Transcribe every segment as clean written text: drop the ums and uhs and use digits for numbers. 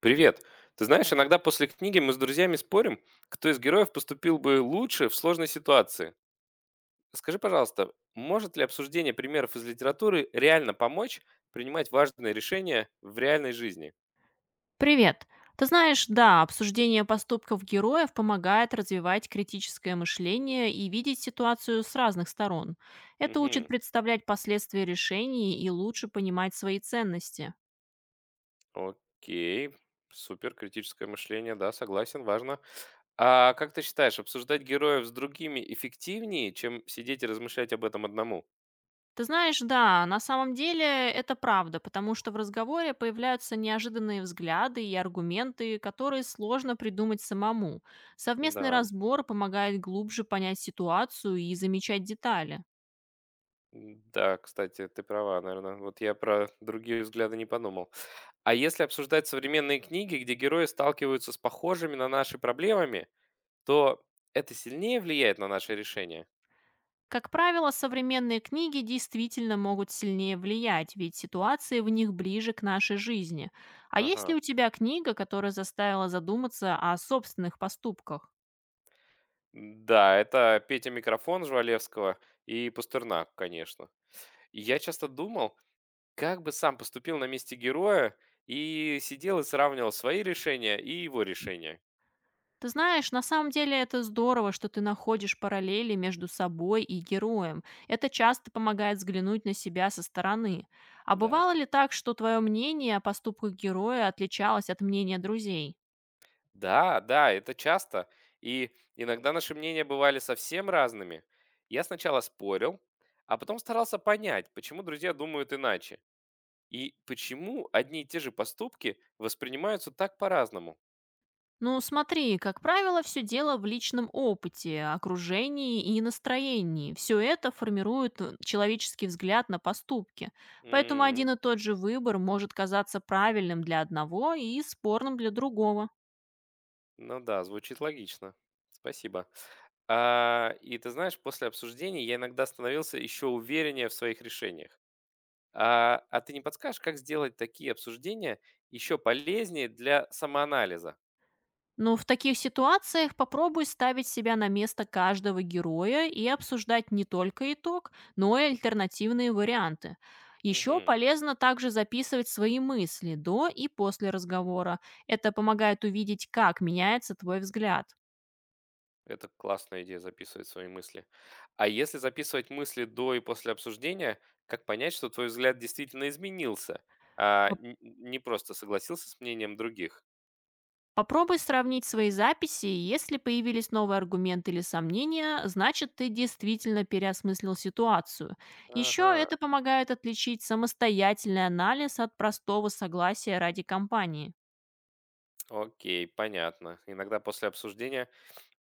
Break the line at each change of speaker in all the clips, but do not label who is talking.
Привет. Ты знаешь, иногда после книги мы с друзьями спорим, кто из героев поступил бы лучше в сложной ситуации. Скажи, пожалуйста, может ли обсуждение примеров из литературы реально помочь принимать важные решения в реальной жизни?
Привет. Ты знаешь, да, обсуждение поступков героев помогает развивать критическое мышление и видеть ситуацию с разных сторон. Это учит
Мгм.
представлять последствия решений и лучше понимать свои ценности.
Окей. Супер, критическое мышление, да, согласен, важно. А как ты считаешь, обсуждать героев с другими эффективнее, чем сидеть и размышлять об этом одному?
Ты знаешь, да, на самом деле это правда, потому что в разговоре появляются неожиданные взгляды и аргументы, которые сложно придумать самому. Совместный
Да,
разбор помогает глубже понять ситуацию и замечать детали.
да, кстати, ты права, наверное. Вот я про другие взгляды не подумал. А если обсуждать современные книги, где герои сталкиваются с похожими на наши проблемами, то это сильнее влияет на наши решения?
Как правило, современные книги действительно могут сильнее влиять, ведь ситуации в них ближе к нашей жизни. А есть ли
Ага.
у тебя книга, которая заставила задуматься о собственных поступках?
Да, это Петя Микрофон Жвалевского и Пастернак, конечно. И я часто думал, как бы сам поступил на месте героя, и сидел и сравнивал свои решения и его решения.
Ты знаешь, на самом деле это здорово, что ты находишь параллели между собой и героем. Это часто помогает взглянуть на себя со стороны. А
Да.
бывало ли так, что твое мнение о поступках героя отличалось от мнения друзей?
Да, да, это часто. И иногда наши мнения бывали совсем разными. Я сначала спорил, а потом старался понять, почему друзья думают иначе. И почему одни и те же поступки воспринимаются так по-разному.
Ну, смотри, как правило, все дело в личном опыте, окружении и настроении. Все это формирует человеческий взгляд на поступки. Поэтому
М.
один и тот же выбор может казаться правильным для одного и спорным для другого.
Ну да, звучит логично. Спасибо. А, и ты знаешь, после обсуждений я иногда становился еще увереннее в своих решениях. А ты не подскажешь, как сделать такие обсуждения еще полезнее для самоанализа?
Но в таких ситуациях попробуй ставить себя на место каждого героя и обсуждать не только итог, но и альтернативные варианты. Еще
Мгм.
полезно также записывать свои мысли до и после разговора. Это помогает увидеть, как меняется твой взгляд.
Это классная идея записывать свои мысли. А если записывать мысли до и после обсуждения, как понять, что твой взгляд действительно изменился, а не просто согласился с мнением других?
Попробуй сравнить свои записи, и если появились новые аргументы или сомнения, значит ты действительно переосмыслил ситуацию. Еще
Ага,
это помогает отличить самостоятельный анализ от простого согласия ради компании.
окей, понятно. Иногда после обсуждения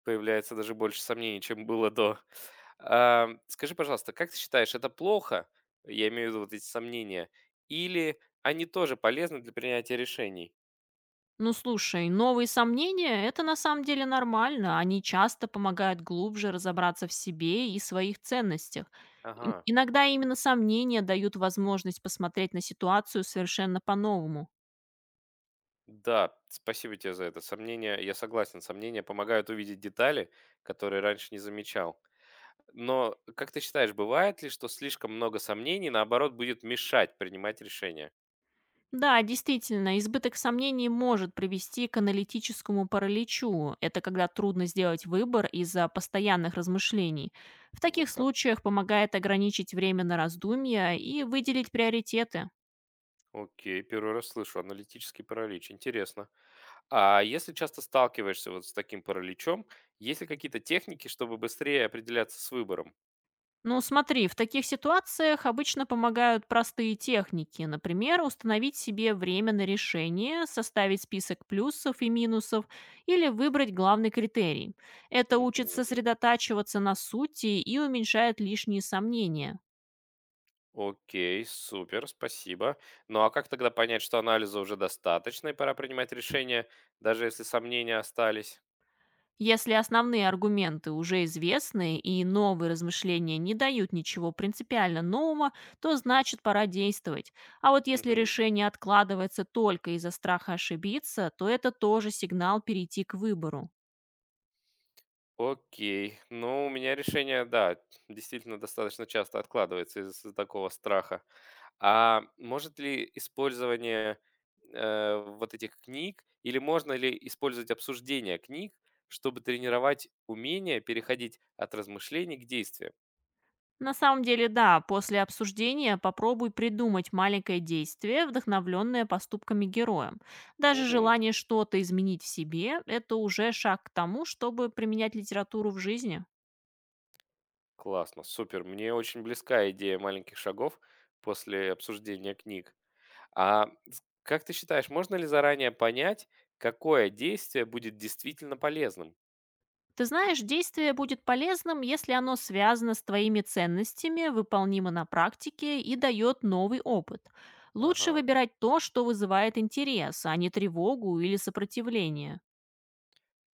появляется даже больше сомнений, чем было до. А, скажи, пожалуйста, как ты считаешь, это плохо? Я имею в виду вот эти сомнения. Или они тоже полезны для принятия решений?
Ну слушай, новые сомнения– это на самом деле нормально, они часто помогают глубже разобраться в себе и своих ценностях. И-
Ага.
Иногда именно сомнения дают возможность посмотреть на ситуацию совершенно по-новому.
Да, спасибо тебе за это. Сомнения, я согласен, сомнения помогают увидеть детали, которые раньше не замечал. Но как ты считаешь, бывает ли, что слишком много сомнений, наоборот, будет мешать принимать решения?
Да, действительно, избыток сомнений может привести к аналитическому параличу. Это когда трудно сделать выбор из-за постоянных размышлений. В
Вот
таких
как?
случаях помогает ограничить время на раздумья и выделить приоритеты.
Окей, первый раз слышу. Аналитический паралич. Интересно. А если часто сталкиваешься вот с таким параличом, есть ли какие-то техники, чтобы быстрее определяться с выбором?
Ну, смотри, в таких ситуациях обычно помогают простые техники. Например, установить себе время на решение, составить список плюсов и минусов или выбрать главный критерий. Это учит
Мгм.
сосредотачиваться на сути и уменьшает лишние сомнения.
Окей, супер, спасибо. Ну а как тогда понять, что анализа уже достаточно и пора принимать решение, даже если сомнения остались?
Если основные аргументы уже известны и новые размышления не дают ничего принципиально нового, то значит пора действовать. А вот если
Мгм.
решение откладывается только из-за страха ошибиться, то это тоже сигнал перейти к выбору.
Окей. Ну, у меня решение, да, действительно достаточно часто откладывается из-за такого страха. А может ли использование вот этих книг, или можно ли использовать обсуждение книг, чтобы тренировать умение переходить от размышлений к действиям?
На самом деле, да, после обсуждения попробуй придумать маленькое действие, вдохновленное поступками героя. Даже
Мгм.
желание что-то изменить в себе– это уже шаг к тому, чтобы применять литературу в жизни.
Классно, супер. Мне очень близка идея маленьких шагов после обсуждения книг. А как ты считаешь, можно ли заранее понять, какое действие будет действительно полезным?
Ты знаешь, действие будет полезным, если оно связано с твоими ценностями, выполнимо на практике и дает новый опыт. Лучше
Ага.
выбирать то, что вызывает интерес, а не тревогу или сопротивление.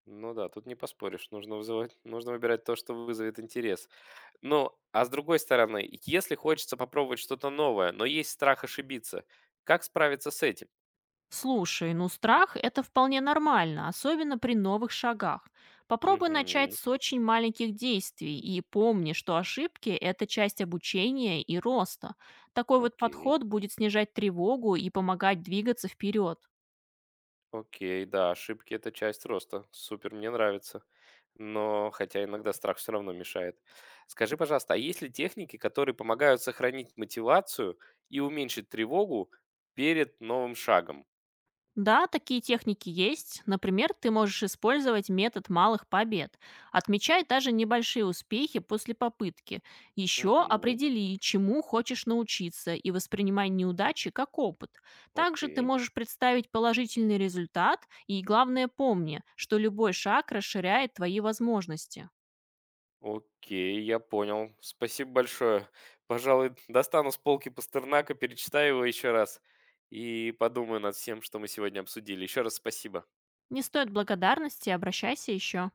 Ну да, тут не поспоришь. Нужно выбирать то, что вызовет интерес. Ну, а с другой стороны, если хочется попробовать что-то новое, но есть страх ошибиться, как справиться с этим?
Слушай, ну страх– это вполне нормально, особенно при новых шагах. Попробуй начать
Угу,
с очень маленьких действий и помни, что ошибки– это часть обучения и роста. Такой вот
окей.
подход будет снижать тревогу и помогать двигаться вперед.
Окей, да, ошибки — это часть роста. Супер, мне нравится. Но хотя иногда страх все равно мешает. Скажи, пожалуйста, а есть ли техники, которые помогают сохранить мотивацию и уменьшить тревогу перед новым шагом?
Да, такие техники есть. Например, ты можешь использовать метод малых побед. Отмечай даже небольшие успехи после попытки. Еще
Мгм.
определи, чему хочешь научиться, и воспринимай неудачи как опыт. Также ты
Окей.
можешь представить положительный результат, и главное помни, что любой шаг расширяет твои возможности.
Окей, я понял. Спасибо большое. Пожалуй, достану с полки Пастернака, перечитаю его еще раз и подумаю над всем, что мы сегодня обсудили. Еще раз спасибо.
Не стоит благодарности, обращайся еще.